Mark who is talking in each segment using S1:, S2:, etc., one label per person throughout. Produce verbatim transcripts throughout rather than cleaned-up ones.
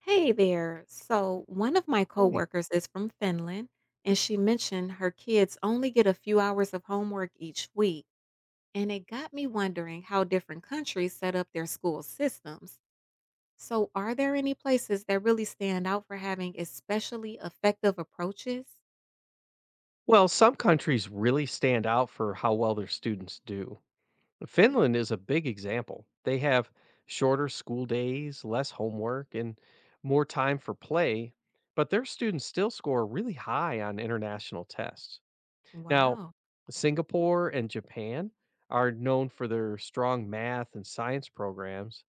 S1: Hey there. So, one of my
S2: Okay.
S1: coworkers is from Finland,
S2: Hmm.
S1: and she mentioned her kids only get a few hours of homework each week. And it got me wondering how different countries set up their school systems. So, are there any places that really stand out for having especially effective approaches?
S2: Well, some countries really stand out for how well their students do. Finland is a big example. They have shorter school days, less homework, and more time for play, but their students still score really high on international tests. Now,
S1: Wow,
S2: Singapore and Japan are known for their strong math and science programs,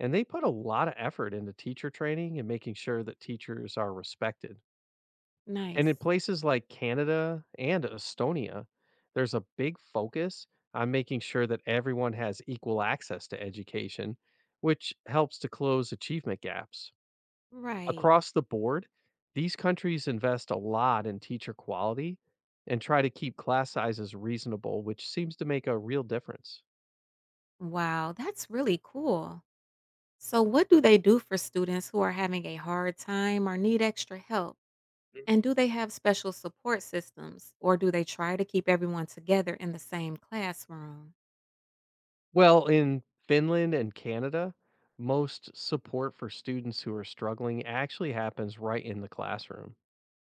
S2: and they put a lot of effort into teacher training and making sure that teachers are respected. And in
S1: nice.
S2: places like Canada and Estonia, there's a big focus on making sure that everyone has equal access to education, which helps to close achievement gaps.
S1: Right.
S2: Across the board, these countries invest a lot in teacher quality and try to keep class sizes reasonable, which seems to make a real difference.
S1: Wow, that's really cool. So, what do they do for students who are having a hard time or need extra help?
S2: Mm.
S1: And do they have special support systems or do they try to keep everyone together in the same classroom?
S2: Well, in Finland and Canada, most support for students who are struggling actually happens right in the classroom.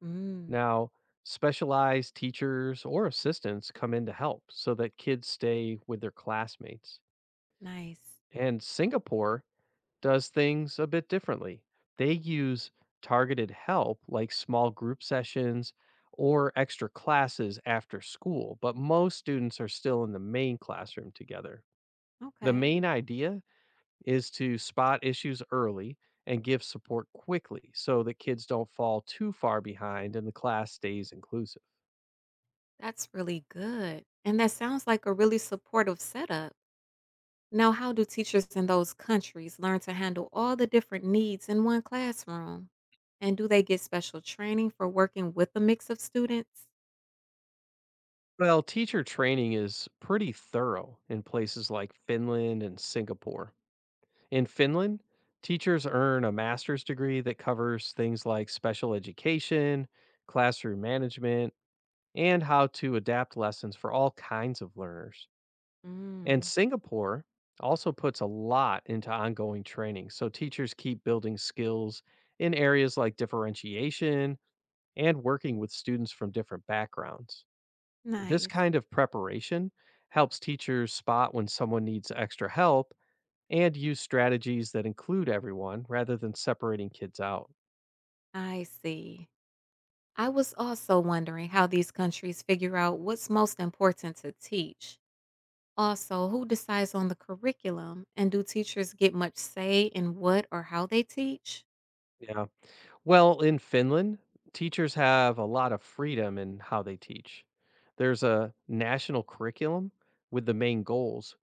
S1: Mm,
S2: Now, specialized teachers or assistants come in to help so that kids stay with their classmates.
S1: nice.
S2: And Singapore does things a bit differently. They use targeted help like small group sessions or extra classes after school, but most students are still in the main classroom together. The
S1: Okay.
S2: main idea is to spot issues early and give support quickly so that kids don't fall too far behind and the class stays inclusive.
S1: That's really good. And that sounds like a really supportive setup. Now, how do teachers in those countries learn to handle all the different needs in one classroom? And do they get special training for working with a mix of students?
S2: Well, teacher training is pretty thorough in places like Finland and Singapore. In Finland, teachers earn a master's degree that covers things like special education, classroom management, and how to adapt lessons for all kinds of learners. And
S1: Mm,
S2: Singapore also puts a lot into ongoing training, so teachers keep building skills in areas like differentiation and working with students from different backgrounds. This
S1: nice.
S2: kind of preparation helps teachers spot when someone needs extra help and use strategies that include everyone rather than separating kids out.
S1: I see. I was also wondering how these countries figure out what's most important to teach. Also, who decides on the curriculum and do teachers get much say in what or how they teach?
S2: Yeah. Well, in Finland, teachers have a lot of freedom in how they teach. There's a national curriculum with the main goals,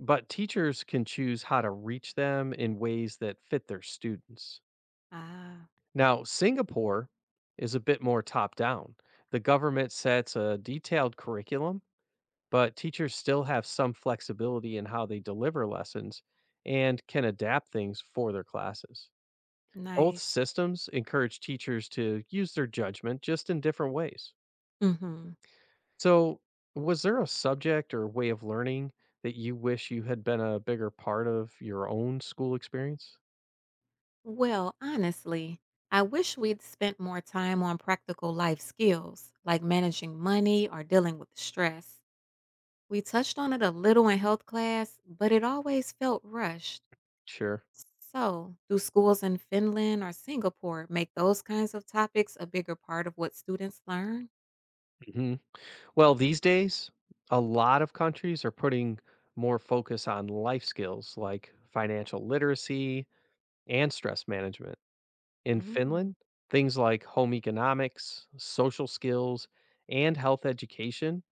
S2: but teachers can choose how to reach them in ways that fit their students.
S1: Ah,
S2: Now, Singapore is a bit more top down. The government sets a detailed curriculum but teachers still have some flexibility in how they deliver lessons and can adapt things for their classes. Both
S1: nice.
S2: systems encourage teachers to use their judgment just in different ways.
S1: Mhm.
S2: So, was there a subject or way of learning that you wish you had been a bigger part of your own school experience?
S1: Well, honestly, I wish we'd spent more time on practical life skills like managing money or dealing with stress. We touched on it a little in health class, but it always felt rushed.
S2: Sure.
S1: So, do schools in Finland or Singapore make those kinds of topics a bigger part of what students learn?
S2: hmm Well, these days, a lot of countries are putting more focus on life skills like financial literacy and stress management. In
S1: Mm.
S2: Finland, things like home economics, social skills, and health education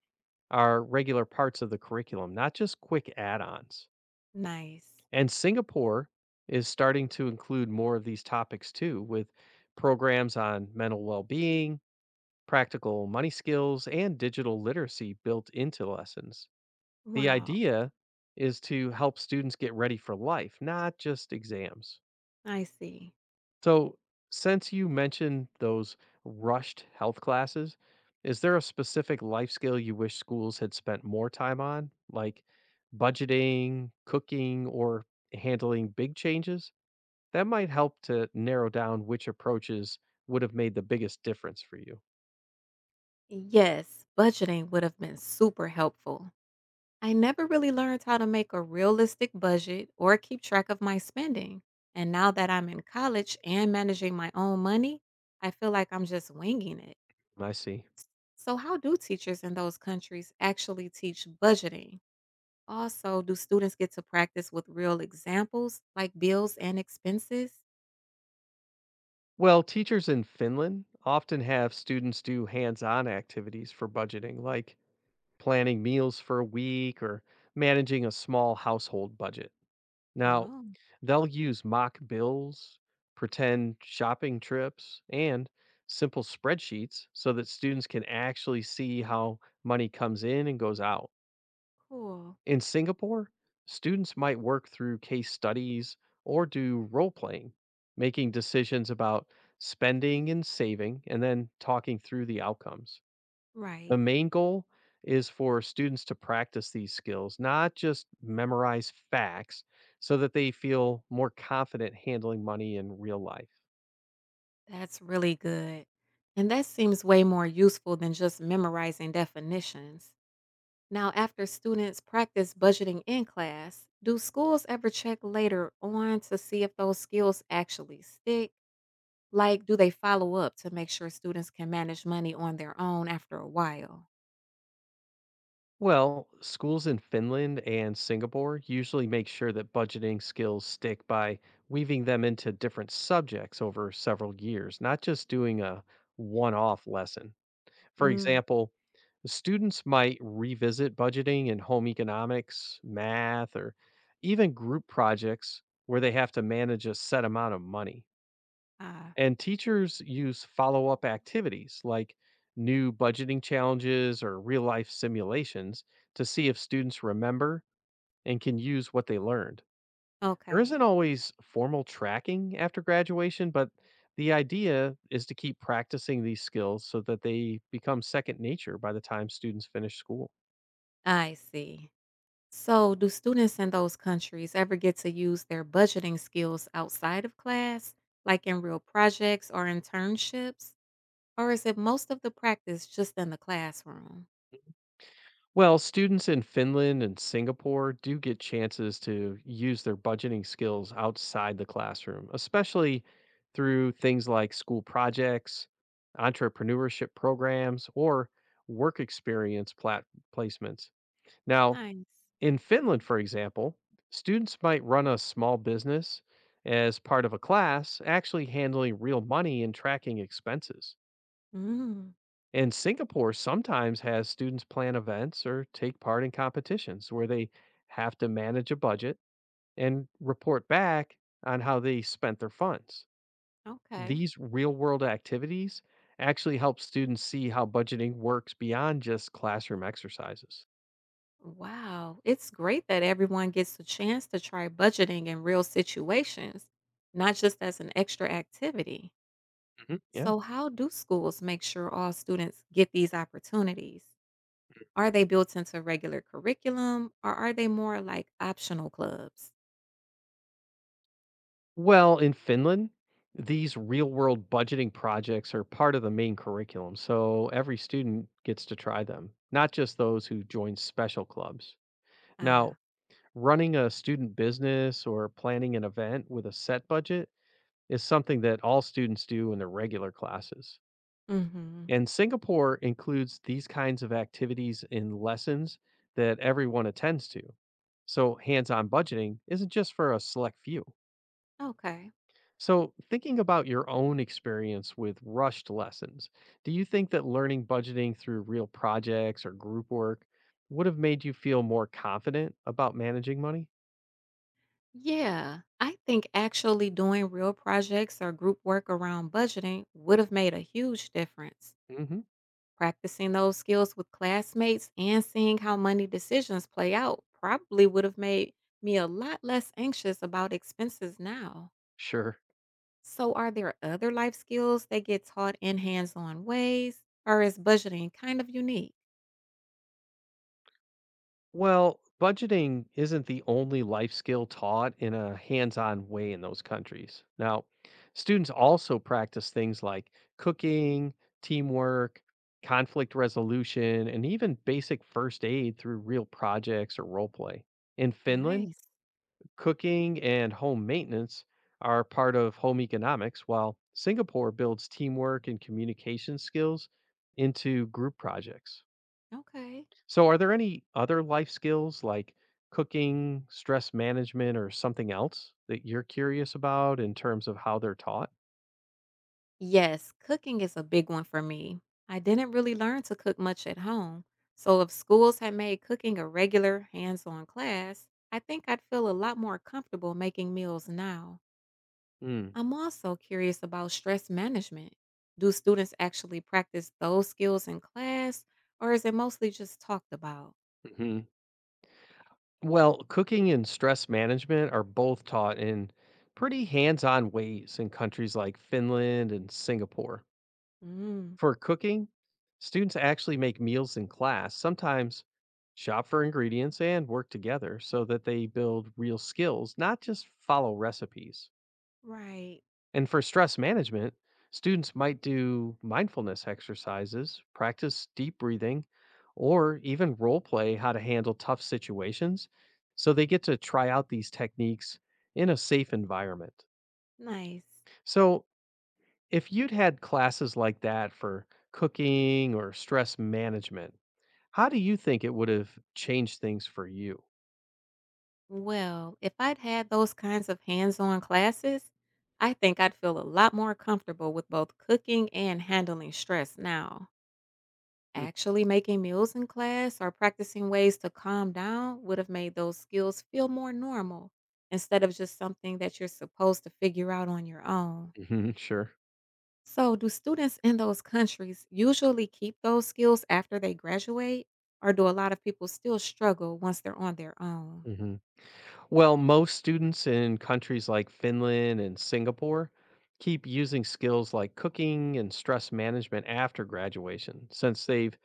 S2: are regular parts of the curriculum, not just quick add ons.
S1: Nice.
S2: And Singapore is starting to include more of these topics too, with programs on mental well being, practical money skills, and digital literacy built into lessons. The
S1: Wow,
S2: idea is to help students get ready for life, not just exams.
S1: I see.
S2: So, since you mentioned those rushed health classes, is there a specific life skill you wish schools had spent more time on, like budgeting, cooking, or handling big changes? That might help to narrow down which approaches would have made the biggest difference for you.
S1: Yes, budgeting would have been super helpful. I never really learned how to make a realistic budget or keep track of my spending. And now that I'm in college and managing my own money, I feel like I'm just winging it.
S2: I see.
S1: So, how do teachers in those countries actually teach budgeting? Also, do students get to practice with real examples like bills and expenses?
S2: Well, teachers in Finland often have students do hands on activities for budgeting, like planning meals for a week or managing a small household budget. Now,
S1: Oh,
S2: they'll use mock bills, pretend shopping trips, and simple spreadsheets so that students can actually see how money comes in and goes out.
S1: cool.
S2: In Singapore, students might work through case studies or do role playing, making decisions about spending and saving, and then talking through the outcomes. The
S1: Right.
S2: main goal is for students to practice these skills, not just memorize facts, so that they feel more confident handling money in real life.
S1: That's really good. And that seems way more useful than just memorizing definitions. Now, after students practice budgeting in class, do schools ever check later on to see if those skills actually stick? Like, do they follow up to make sure students can manage money on their own after a while?
S2: Well, schools in Finland and Singapore usually make sure that budgeting skills stick by weaving them into different subjects over several years, not just doing a one off lesson. For
S1: Mm,
S2: example, students might revisit budgeting in home economics, math, or even group projects where they have to manage a set amount of money.
S1: ah,
S2: And teachers use follow up activities like new budgeting challenges or real life simulations to see if students remember and can use what they learned. There
S1: okay.
S2: isn't always formal tracking after graduation, but the idea is to keep practicing these skills so that they become second nature by the time students finish school.
S1: I see. So, do students in those countries ever get to use their budgeting skills outside of class, like in real projects or internships? Or is it most of the practice just in the classroom?
S2: Well, students in Finland and Singapore do get chances to use their budgeting skills outside the classroom, especially through things like school projects, entrepreneurship programs, or work experience plat- placements. Now,
S1: Nice.
S2: In Finland, for example, students might run a small business as part of a class, actually handling real money and tracking expenses.
S1: Mm,
S2: And Singapore sometimes has students plan events or take part in competitions where they have to manage a budget and report back on how they spent their funds.
S1: okay.
S2: These real world activities actually help students see how budgeting works beyond just classroom exercises.
S1: Wow. It's great that everyone gets a chance to try budgeting in real situations, not just as an extra activity.
S2: hmm Yeah.
S1: So, how do schools make sure all students get these opportunities? Are they built into regular curriculum or are they more like optional clubs?
S2: Well, in Finland, these real world budgeting projects are part of the main curriculum, so every student gets to try them, not just those who join special clubs.
S1: Ah,
S2: Now, running a student business or planning an event with a set budget is something that all students do in their regular classes.
S1: hmm
S2: And Singapore includes these kinds of activities in lessons that everyone attends to. So, hands on budgeting isn't just for a select few.
S1: okay.
S2: So, thinking about your own experience with rushed lessons, do you think that learning budgeting through real projects or group work would have made you feel more confident about managing money?
S1: Yeah, I think actually doing real projects or group work around budgeting would have made a huge difference.
S2: hmm
S1: Practicing those skills with classmates and seeing how money decisions play out probably would have made me a lot less anxious about expenses now.
S2: Sure.
S1: So, are there other life skills that get taught in hands on ways, or is budgeting kind of unique?
S2: Well, budgeting isn't the only life skill taught in a hands on way in those countries. Now, students also practice things like cooking, teamwork, conflict resolution, and even basic first aid through real projects or role play. In Finland,
S1: Nice.
S2: Cooking and home maintenance are part of home economics, while Singapore builds teamwork and communication skills into group projects.
S1: Okay.
S2: So, are there any other life skills like cooking, stress management, or something else that you're curious about in terms of how they're taught?
S1: Yes, cooking is a big one for me. I didn't really learn to cook much at home. So if schools had made cooking a regular hands-on class, I think I'd feel a lot more comfortable making meals now. I'm also curious about stress management. Do students actually practice those skills in class, or is it mostly just talked about?
S2: Mm-hmm. Well, cooking and stress management are both taught in pretty hands on ways in countries like Finland and Singapore.
S1: Mm,
S2: For cooking, students actually make meals in class, sometimes shop for ingredients and work together so that they build real skills, not just follow recipes.
S1: right.
S2: And for stress management, students might do mindfulness exercises, practice deep breathing, or even role play how to handle tough situations so they get to try out these techniques in a safe environment.
S1: Nice.
S2: So, if you'd had classes like that for cooking or stress management, How do you think it would have changed things for you?
S1: Well, if I'd had those kinds of hands-on classes, I think I'd feel a lot more comfortable with both cooking and handling stress now. Actually making meals in class or practicing ways to calm down would have made those skills feel more normal instead of just something that you're supposed to figure out on your own.
S2: Mm-hmm, sure.
S1: So, do students in those countries usually keep those skills after they graduate, or do a lot of people still struggle once they're on their own?
S2: hmm Well, most students in countries like Finland and Singapore keep using skills like cooking and stress management after graduation since they've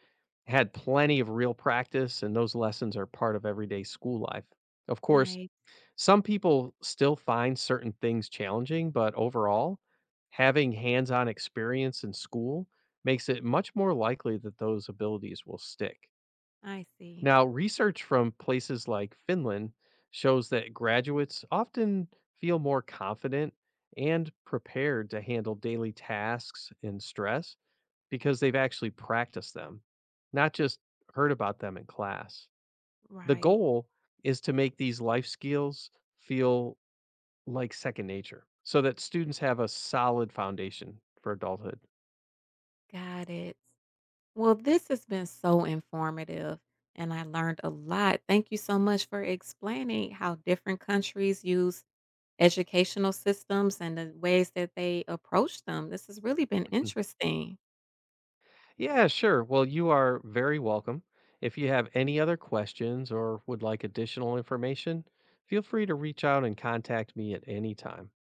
S2: had plenty of real practice and those lessons are part of everyday school life. Of course,
S1: Nice.
S2: Some people still find certain things challenging, but overall, having hands on experience in school makes it much more likely that those abilities will stick.
S1: I see.
S2: Now, research from places like Finland shows that graduates often feel more confident and prepared to handle daily tasks and stress because they've actually practiced them, not just heard about them in class. The
S1: Right.
S2: goal is to make these life skills feel like second nature so that students have a solid foundation for adulthood.
S1: Got it. Well, this has been so informative and I learned a lot. Thank you so much for explaining how different countries use educational systems and the ways that they approach them. This has really been
S2: Mhm.
S1: interesting.
S2: Yeah, sure. Well, you are very welcome. If you have any other questions or would like additional information, feel free to reach out and contact me at any time.